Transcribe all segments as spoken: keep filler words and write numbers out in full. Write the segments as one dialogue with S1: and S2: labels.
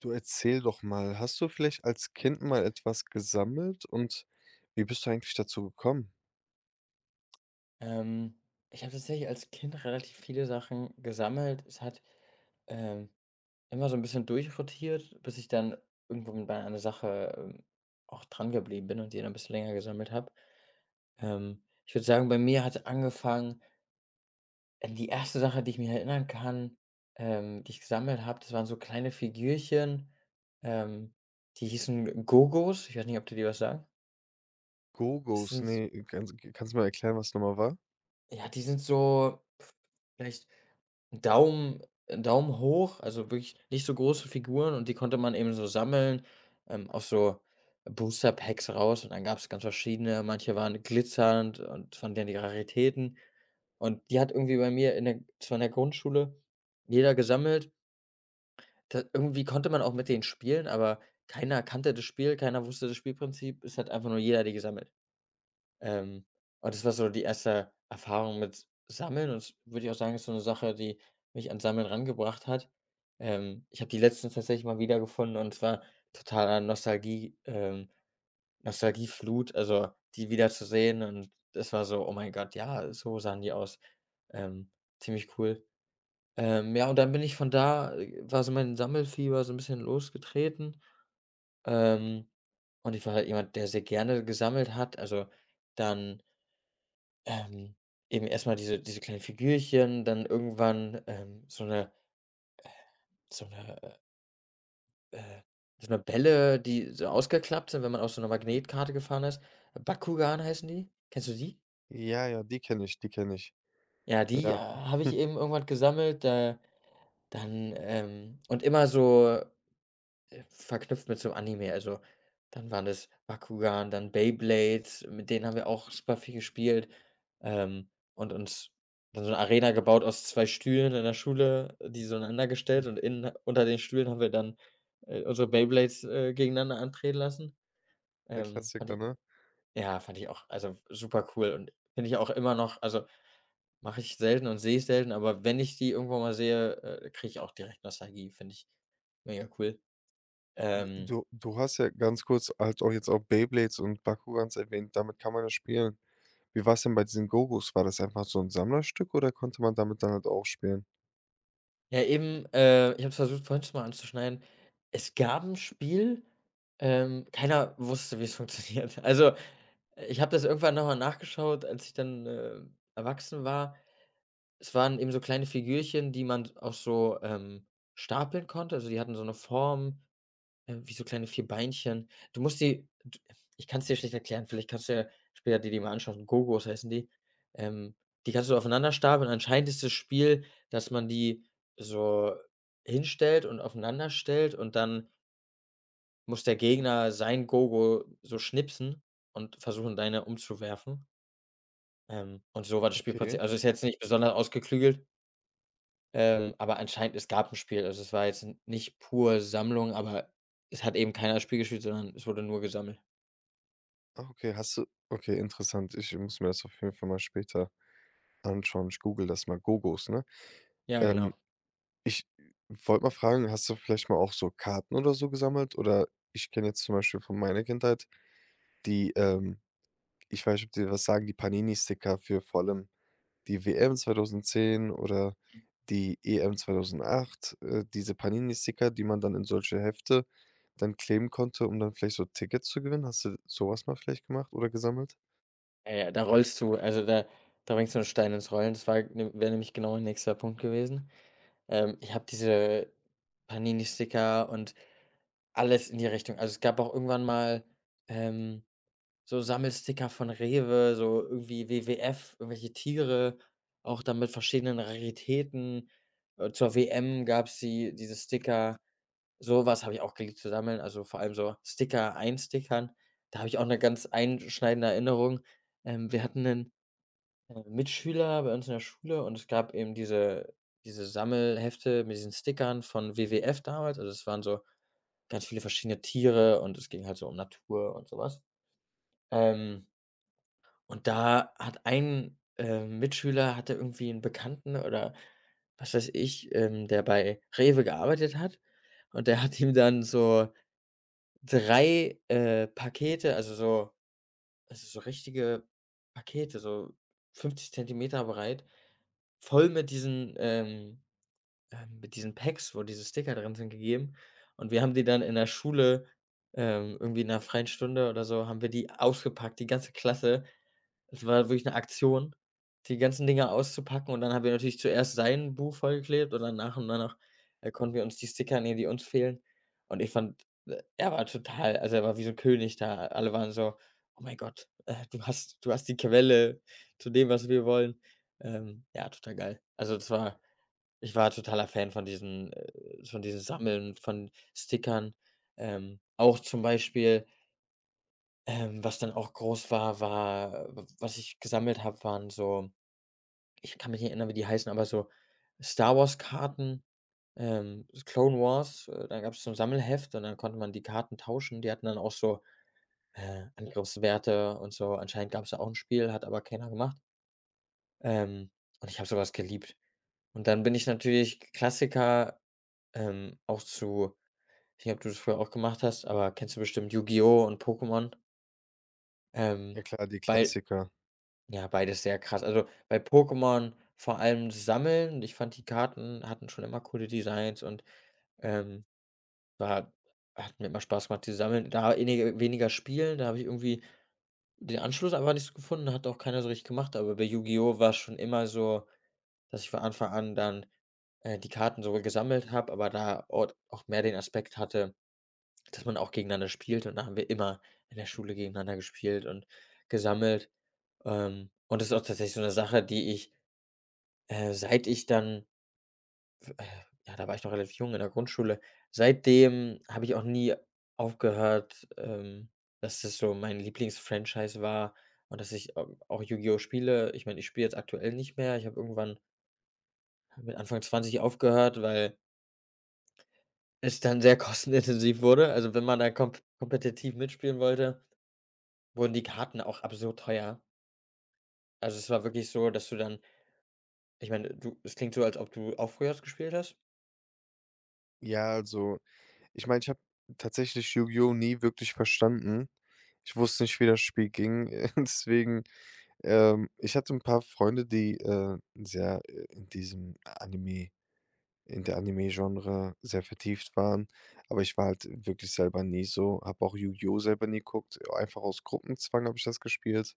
S1: Du erzähl doch mal, hast du vielleicht als Kind mal etwas gesammelt und wie bist du eigentlich dazu gekommen?
S2: Ähm, Ich habe tatsächlich als Kind relativ viele Sachen gesammelt. Es hat, ähm, immer so ein bisschen durchrotiert, bis ich dann irgendwann bei einer Sache, ähm, auch dran geblieben bin und die dann ein bisschen länger gesammelt habe. Ähm, ich würde sagen, bei mir hat angefangen äh, die erste Sache, die ich mir erinnern kann, ähm, die ich gesammelt habe, das waren so kleine Figürchen, ähm, die hießen Gogos. Ich weiß nicht, ob dir die was sagen? Das
S1: Gogos,
S2: sind,
S1: nee, kannst kannst du mal erklären, was noch mal war?
S2: ja, die sind so vielleicht Daumen Daumen hoch, also wirklich nicht so große Figuren, und die konnte man eben so sammeln, ähm, aus so Booster Packs raus, und dann gab es ganz verschiedene. Manche waren glitzernd und von denen die Raritäten. Und die hat irgendwie bei mir in der, zwar in der Grundschule, jeder gesammelt. Da irgendwie konnte man auch mit denen spielen, aber keiner kannte das Spiel, keiner wusste das Spielprinzip. Es hat einfach nur jeder die gesammelt. Ähm, und das war so die erste Erfahrung mit Sammeln und, würde ich auch sagen, ist so eine Sache, die mich an Sammeln rangebracht hat. Ähm, ich habe die letztens tatsächlich mal wiedergefunden, und es war totaler Nostalgie, ähm, Nostalgieflut, also, die wieder zu sehen, und das war so: „Oh mein Gott, ja, so sahen die aus.“ Ähm, Ziemlich cool. Ähm, ja, und dann bin ich von da äh, war so mein Sammelfieber so ein bisschen losgetreten. Ähm, und ich war halt jemand, der sehr gerne gesammelt hat. Also, dann, ähm, eben erstmal diese diese kleinen Figürchen, dann irgendwann, ähm, so eine, so eine äh, äh so eine Bälle, die so ausgeklappt sind, wenn man auf so einer Magnetkarte gefahren ist. Bakugan heißen die. Kennst du die?
S1: Ja, ja, die kenne ich, die kenne ich.
S2: Ja, die, äh,
S1: Ja,
S2: habe ich eben irgendwann gesammelt, äh, dann, ähm und immer so Äh, verknüpft mit so Anime, also, dann waren das Bakugan, dann Beyblades, mit denen haben wir auch super viel gespielt, ähm, und uns dann so eine Arena gebaut aus zwei Stühlen in der Schule, die so einander gestellt,
S1: hm,
S2: und innen unter den Stühlen haben wir dann, äh, unsere Beyblades, äh, gegeneinander antreten lassen.
S1: der
S2: Ähm, fand
S1: Klassiker,
S2: ich
S1: ne?
S2: ja, fand ich auch, also, super cool, und finde ich auch immer noch, also, mache ich selten und sehe ich selten, aber wenn ich die irgendwo mal sehe, äh, kriege ich auch direkt Nostalgie, finde ich mega cool.
S1: W
S2: Ähm
S1: du du hast ja ganz kurz halt auch jetzt auch Beyblades und Bakugans erwähnt, damit kann man ja spielen. Wie war es denn bei diesen Gogos? War das einfach so ein Sammlerstück oder konnte man damit dann halt auch spielen?
S2: Ja, eben, äh, ich habe es versucht, vorhin schon mal anzuschneiden. Es gab 'n Spiel, ähm, keiner wusste, wie's funktioniert. Also, ich habe das irgendwann noch mal nachgeschaut, als ich dann, äh, erwachsen war. Es waren eben so kleine Figürchen, die man auch so, ähm, stapeln konnte. Also, die hatten so 'ne Form äh, wie so kleine vier Beinchen. Du musst die d Ich kann es dir schlecht erklären, vielleicht kannst du ja später dir die mal anschauen. Gogos heißen die. Ähm, Die kannst du aufeinander stapeln. Anscheinend ist das Spiel, dass man die so hinstellt und aufeinander stellt, und dann muss der Gegner sein Gogo so schnipsen und versuchen, deine umzuwerfen. Ähm, und so war das
S1: Okay.
S2: Spielprinzip. Also, ist jetzt nicht besonders ausgeklügelt, ähm, aber anscheinend es gab ein Spiel. Also, es war jetzt n nicht pur Sammlung, aber es hat eben keiner das Spiel gespielt, sondern es wurde nur gesammelt.
S1: Ah, okay, hast du okay, interessant. Ich muss mir das auf jeden Fall mal später anschauen. Ich google das mal. Gogos, ne?
S2: Ja,
S1: Ähm,
S2: genau.
S1: Ich wollte mal fragen, hast du vielleicht mal auch so Karten oder so gesammelt? Oder ich kenne jetzt zum Beispiel von meiner Kindheit die, ähm ich weiß nicht, ob die dir was sagen, die Panini-Sticker für vor allem die W M zwanzig zehn oder die E M zweitausendacht. äh, diese Panini-Sticker, die man dann in solche Hefte dann kleben konnte, um dann vielleicht so Tickets zu gewinnen. Hast du sowas mal vielleicht gemacht oder gesammelt?
S2: Ja, ja, da rollst du, also, da da bringst du einen Stein ins Rollen. Das war ne wäre nämlich genau mein nächster Punkt gewesen. Ähm, ich habe diese Panini-Sticker und alles in die Richtung, also, es gab auch irgendwann mal, ähm, so Sammelsticker von Rewe, so irgendwie W W F, irgendwelche Tiere, auch dann mit verschiedenen Raritäten. Äh, zur W M gab's die, diese Sticker. So was habe ich auch geliebt zu sammeln, also vor allem so Sticker einstickern. Da habe ich auch 'ne ganz einschneidende Erinnerung. Ähm, wir hatten 'nen, äh, Mitschüler bei uns in der Schule, und es gab eben diese diese Sammelhefte mit diesen Stickern von W W F damals. Also, es waren so ganz viele verschiedene Tiere, und es ging halt so um Natur und so was. Ähm, und da hat ein, ähm, Mitschüler hatte irgendwie 'n Bekannten oder was weiß ich, ähm, der bei REWE gearbeitet hat, und der hat ihm dann so drei äh, Pakete, also so, also so richtige Pakete, so fünfzig Zentimeter breit, voll mit diesen, ähm ähm, mit diesen Packs, wo diese Sticker drin sind, gegeben. Und wir haben die dann in der Schule, ähm irgendwie in 'ner freien Stunde oder so, haben wir die ausgepackt, die ganze Klasse. Es war wirklich eine Aktion, die ganzen Dinger auszupacken, und dann haben wir natürlich zuerst sein Buch vollgeklebt und dann nach und nach, äh, konnten wir uns die Sticker nehmen, die uns fehlen. Und ich fand, äh, er war total, also, er war wie so ein König da. Alle waren so: „Oh mein Gott, äh, du hast du hast die Quelle zu dem, was wir wollen.“ Ähm, ja, total geil. Also, das war, ich war totaler Fan von diesen äh, von diesem Sammeln von Stickern. Ähm, auch zum Beispiel, ähm, was dann auch groß war, war w was ich gesammelt habe, waren so, ich kann mich nicht erinnern, wie die heißen, aber so Star-Wars-Karten, ähm, Clone Wars, äh, da gab es so ein Sammelheft, und dann konnte man die Karten tauschen. Die hatten dann auch so, äh, Angriffswerte und so. Anscheinend gab es da auch ein Spiel, hat aber keiner gemacht. Ähm, und ich habe sowas geliebt. Und dann bin ich natürlich Klassiker, ähm, auch zu, ich weiß nicht, ob du das früher auch gemacht hast, aber kennst du bestimmt Yu-Gi-Oh! Und Pokémon? Ähm,
S1: Ja klar, die
S2: bei
S1: Klassiker.
S2: Ja, beides sehr krass. Also, bei Pokémon vor allem Sammeln. Ich fand, die Karten hatten schon immer coole Designs, und, ähm, war hat mir immer Spaß gemacht, die sammeln. Da enige weniger spielen, da habe ich irgendwie den Anschluss einfach nicht so gefunden, hat auch keiner so richtig gemacht, aber bei Yu-Gi-Oh! War's schon immer so, dass ich von Anfang an dann, äh, die Karten sogar gesammelt habe, aber da ort auch mehr den Aspekt hatte, dass man auch gegeneinander spielt, und da haben wir immer in der Schule gegeneinander gespielt und gesammelt. Ähm, und das ist auch tatsächlich so eine Sache, die ich Äh, seit ich dann, äh, ja, da war ich noch relativ jung in der Grundschule. Seitdem habe ich auch nie aufgehört, ähm, dass das so mein Lieblingsfranchise war und dass ich au auch Yu-Gi-Oh! Spiele. Ich meine, ich spiele jetzt aktuell nicht mehr. Ich habe irgendwann mit Anfang zwanzig aufgehört, weil es dann sehr kostenintensiv wurde. Also, wenn man da komp kompetitiv mitspielen wollte, wurden die Karten auch absurd teuer. Also, es war wirklich so, dass du dann, ich meine, du, es klingt so, als ob du auch früher gespielt hast.
S1: Ja, also ich meine, ich habe tatsächlich Yu-Gi-Oh! Nie wirklich verstanden. Ich wusste nicht, wie das Spiel ging. Deswegen, ähm ich hatte ein paar Freunde, die, äh, sehr, äh, in diesem Anime in der Anime-Genre sehr vertieft waren, aber ich war halt wirklich selber nie so, habe auch Yu-Gi-Oh! Selber nie geguckt. Einfach aus Gruppenzwang habe ich das gespielt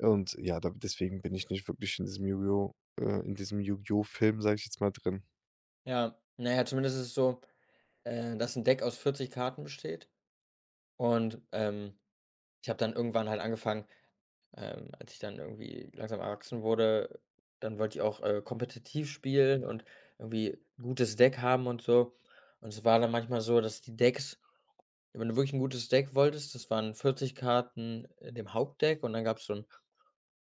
S1: und ja, da deswegen bin ich nicht wirklich in diesem Yu-Gi-Oh! äh, in diesem Yu-Gi-Oh! Film, sage ich jetzt mal, drin.
S2: Ja, na ja, zumindest ist es so, Äh, dass ein Deck aus vierzig Karten besteht, und, ähm, ich habe dann irgendwann halt angefangen, ähm, als ich dann irgendwie langsam erwachsen wurde, dann wollte ich auch, äh, kompetitiv spielen und irgendwie 'n gutes Deck haben und so. Und es war dann manchmal so, dass die Decks, wenn du wirklich ein gutes Deck wolltest, das waren vierzig Karten in dem Hauptdeck, und dann gab es so ein,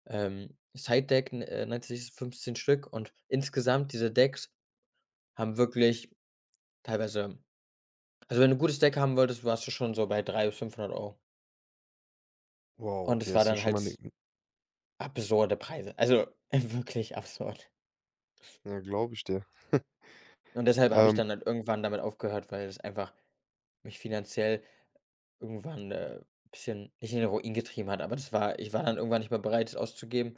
S2: ähm, Side-Deck, n äh, nennt sich fünfzehn Stück, und insgesamt diese Decks haben wirklich teilweise, also, wenn du 'n gutes Deck haben wolltest, warst du schon so bei dreihundert bis fünfhundert Euro.
S1: Wow,
S2: Und es
S1: okay,
S2: war
S1: ist ja
S2: dann
S1: schon mal 'ne
S2: halt absurde Preise, also wirklich absurd.
S1: ja, glaube ich dir.
S2: Und deshalb habe ich
S1: Ähm,
S2: dann halt irgendwann damit aufgehört, weil es einfach mich finanziell irgendwann, äh, ein bisschen, nicht in den Ruin getrieben hat, aber das war, ich war dann irgendwann nicht mehr bereit, es auszugeben.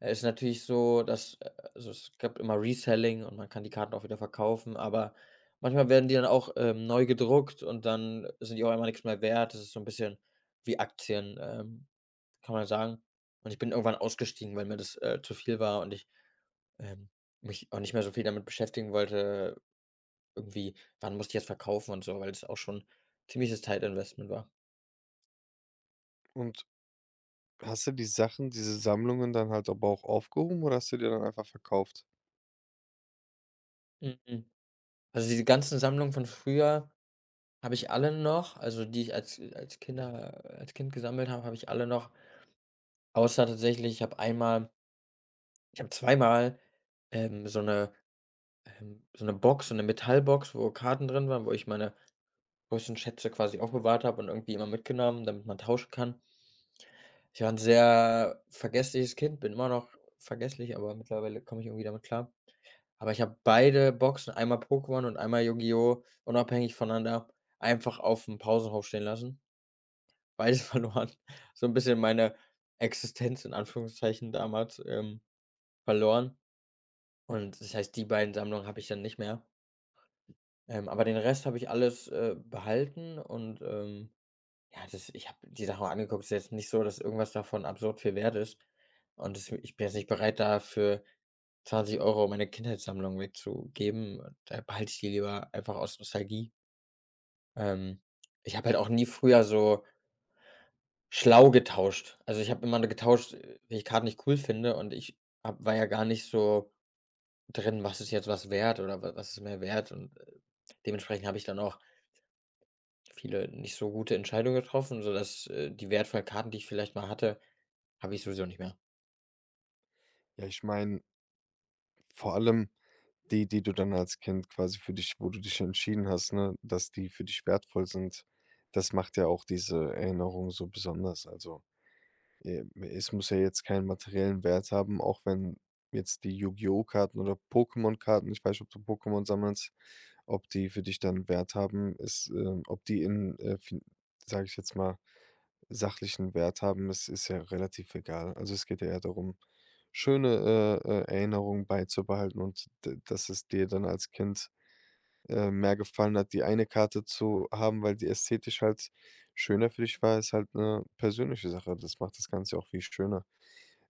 S2: Es ist natürlich so, dass, äh, also es gab immer Reselling und man kann die Karten auch wieder verkaufen, aber manchmal werden die dann auch, ähm, neu gedruckt, und dann sind die auch immer nichts mehr wert. Das ist so ein bisschen wie Aktien, ähm, kann man sagen. Und ich bin irgendwann ausgestiegen, weil mir das, äh, zu viel war, und ich Ähm, mich auch nicht mehr so viel damit beschäftigen wollte, irgendwie, wann muss ich jetzt verkaufen und so, weil es auch schon ziemliches Zeitinvestment war.
S1: und Hast du die Sachen, diese Sammlungen dann halt aber auch aufgehoben oder hast du die dann einfach verkauft?
S2: Mhm. Also diese ganzen Sammlungen von früher habe ich alle noch, also die ich als als Kinder als Kind gesammelt habe, habe ich alle noch, außer tatsächlich, ich habe einmal ich habe zweimal, ähm, so eine, ähm, so eine Box, so eine Metallbox, wo Karten drin waren, wo ich meine größten Schätze quasi aufbewahrt habe und irgendwie immer mitgenommen, damit man tauschen kann. Ich war ein sehr vergessliches Kind, bin immer noch vergesslich, aber mittlerweile komme ich irgendwie damit klar. Aber ich habe beide Boxen, einmal Pokémon und einmal Yu-Gi-Oh! Unabhängig voneinander einfach auf dem Pausenhof stehen lassen. Beides verloren. So ein bisschen meine Existenz in Anführungszeichen damals, ähm, verloren. Und das heißt, die beiden Sammlungen habe ich dann nicht mehr. Ähm, aber den Rest habe ich alles, äh, behalten und, ähm ja, das ich habe die Sachen angeguckt. Es ist jetzt nicht so, dass irgendwas davon absurd viel wert ist. Und das ich bin jetzt nicht bereit, da für zwanzig Euro € meine Kindheitssammlung wegzugeben. Da behalte ich die lieber einfach aus Nostalgie. Ähm, Ich habe halt auch nie früher so schlau getauscht. Also, ich habe immer nur getauscht, äh, wenn ich Karten nicht cool finde. Und ich habe war ja gar nicht so drin, was ist jetzt was wert oder wa was ist mehr wert. Und, äh, dementsprechend habe ich dann auch viele nicht so gute Entscheidungen getroffen, sodass, äh, die wertvollen Karten, die ich vielleicht mal hatte, habe ich sowieso nicht mehr.
S1: Ja, ich meine, vor allem die, die du dann als Kind quasi für dich wo du dich entschieden hast, ne, dass die für dich wertvoll sind, das macht ja auch diese Erinnerung so besonders. Also, äh, es muss ja jetzt keinen materiellen Wert haben, auch wenn jetzt die Yu-Gi-Oh! Karten oder Pokémon-Karten, ich weiß nicht, ob du Pokémon sammelst, ob die für dich dann Wert haben, ist, ähm ob die in, äh, fin sage ich jetzt mal sachlichen Wert haben, es ist ja relativ egal. Also, es geht ja eher darum, schöne, äh, äh, Erinnerungen beizubehalten und d dass es dir dann als Kind, äh, mehr gefallen hat, die eine Karte zu haben, weil die ästhetisch halt schöner für dich war, ist halt eine persönliche Sache. Das macht das Ganze auch viel schöner.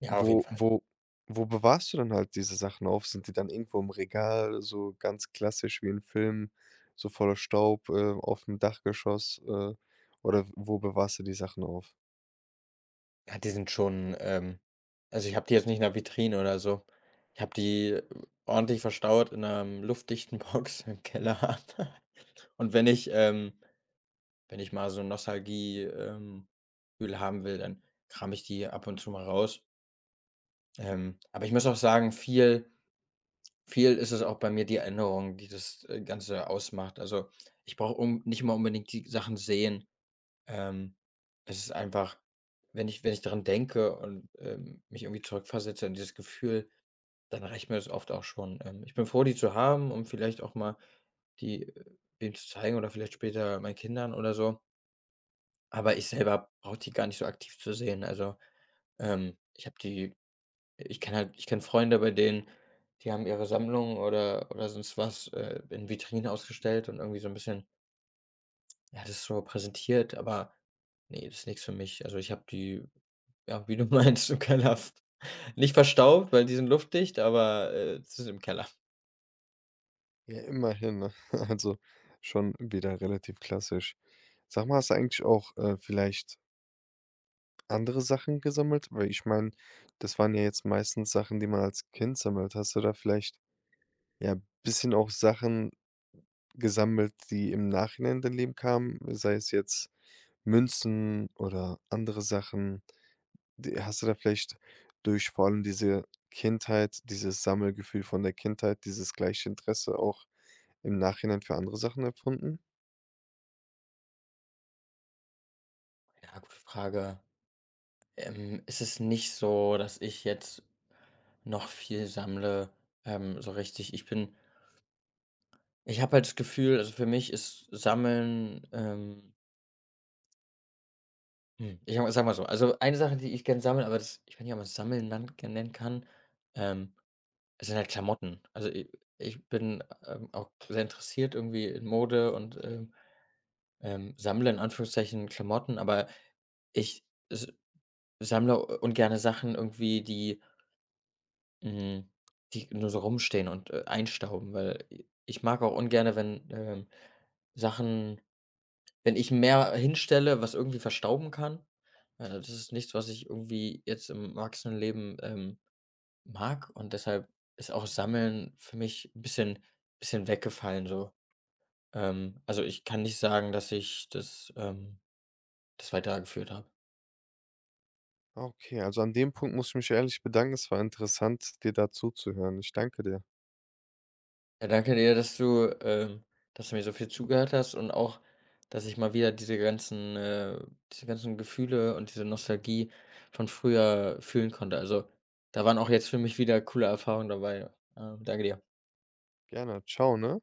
S2: Ja, auf jeden
S1: Wo
S2: Fall.
S1: wo wo bewahrst du dann halt diese Sachen auf? Sind die dann irgendwo im Regal, so ganz klassisch wie in Filmen, so voller Staub, äh, auf dem Dachgeschoss, äh, oder wo bewahrst du die Sachen auf?
S2: Ja, die sind schon, ähm also, ich habe die jetzt nicht in der Vitrine oder so. Ich habe die äh, ordentlich verstaut in 'ner luftdichten Box im Keller. Und wenn ich, ähm wenn ich mal so 'n Nostalgie, ähm, Gefühl haben will, dann kram ich die ab und zu mal raus. Ähm, aber ich muss auch sagen, viel viel ist es auch bei mir die Erinnerung, die das, äh, Ganze ausmacht. Also, ich brauche nicht mal unbedingt die Sachen sehen. Ähm, Es ist einfach, wenn ich wenn ich daran denke und, ähm, mich irgendwie zurückversetze in dieses Gefühl, dann reicht mir das oft auch schon. Ähm, ich bin froh, die zu haben, um vielleicht auch mal die, äh, wem zu zeigen oder vielleicht später meinen Kindern oder so. Aber ich selber brauche die gar nicht so aktiv zu sehen. Also, ähm, ich habe die ich kenne halt, ich kenne Freunde, bei denen die haben ihre Sammlung oder oder sonst was, äh, in Vitrinen ausgestellt und irgendwie so ein bisschen, ja, das ist so präsentiert. Aber ne, ist nix für mich. Also, ich habe die, ja, wie du meinst, im Keller, nicht verstaubt, weil die sind luftdicht, aber, äh, es ist im Keller.
S1: Ja, immerhin, ne? Also schon wieder relativ klassisch. Sag mal, hast du eigentlich auch, äh, vielleicht andere Sachen gesammelt? Weil ich meine, das waren ja jetzt meistens Sachen, die man als Kind sammelt. Hast du da vielleicht, ja, ein bisschen auch Sachen gesammelt, die im Nachhinein in dein Leben kamen? Sei es jetzt Münzen oder andere Sachen. D Hast du da vielleicht durch vor allem diese Kindheit, dieses Sammelgefühl von der Kindheit, dieses gleiche Interesse auch im Nachhinein für andere Sachen empfunden?
S2: Ja, gute Frage. Ähm, es ist nicht so, dass ich jetzt noch viel sammle, ähm, so richtig. Ich bin ich habe halt das Gefühl, also, für mich ist Sammeln, ähm hm, ich sage mal mal so, also, eine Sache, die ich gerne sammle, aber das ich weiß nicht, ob man's Sammeln nan nennen kann, ähm, es sind halt Klamotten. Also, i ich bin, ähm, auch sehr interessiert irgendwie in Mode und, ähm, ähm, sammle in Anführungszeichen Klamotten, aber ich s sammle ungerne Sachen irgendwie, die hm, die nur so rumstehen und, äh, einstauben, weil i ich mag auch ungerne, wenn, ähm, Sachen, wenn ich mehr hinstelle, was irgendwie verstauben kann. Äh, das ist nichts, was ich irgendwie jetzt im Erwachsenenleben, ähm mag, und deshalb ist auch Sammeln für mich 'n bisschen bisschen weggefallen so. Ähm, also, ich kann nicht sagen, dass ich das, ähm das weitergeführt habe.
S1: Okay, also an dem Punkt muss ich mich ehrlich bedanken. Es war interessant, dir da zuzuhören. Ich danke dir.
S2: Ja, danke dir, dass du, ähm dass du mir so viel zugehört hast und auch, dass ich mal wieder diese ganzen, äh diese ganzen Gefühle und diese Nostalgie von früher fühlen konnte. Also, da waren auch jetzt für mich wieder coole Erfahrungen dabei. Ähm, danke dir.
S1: Gerne. Ciao, ne?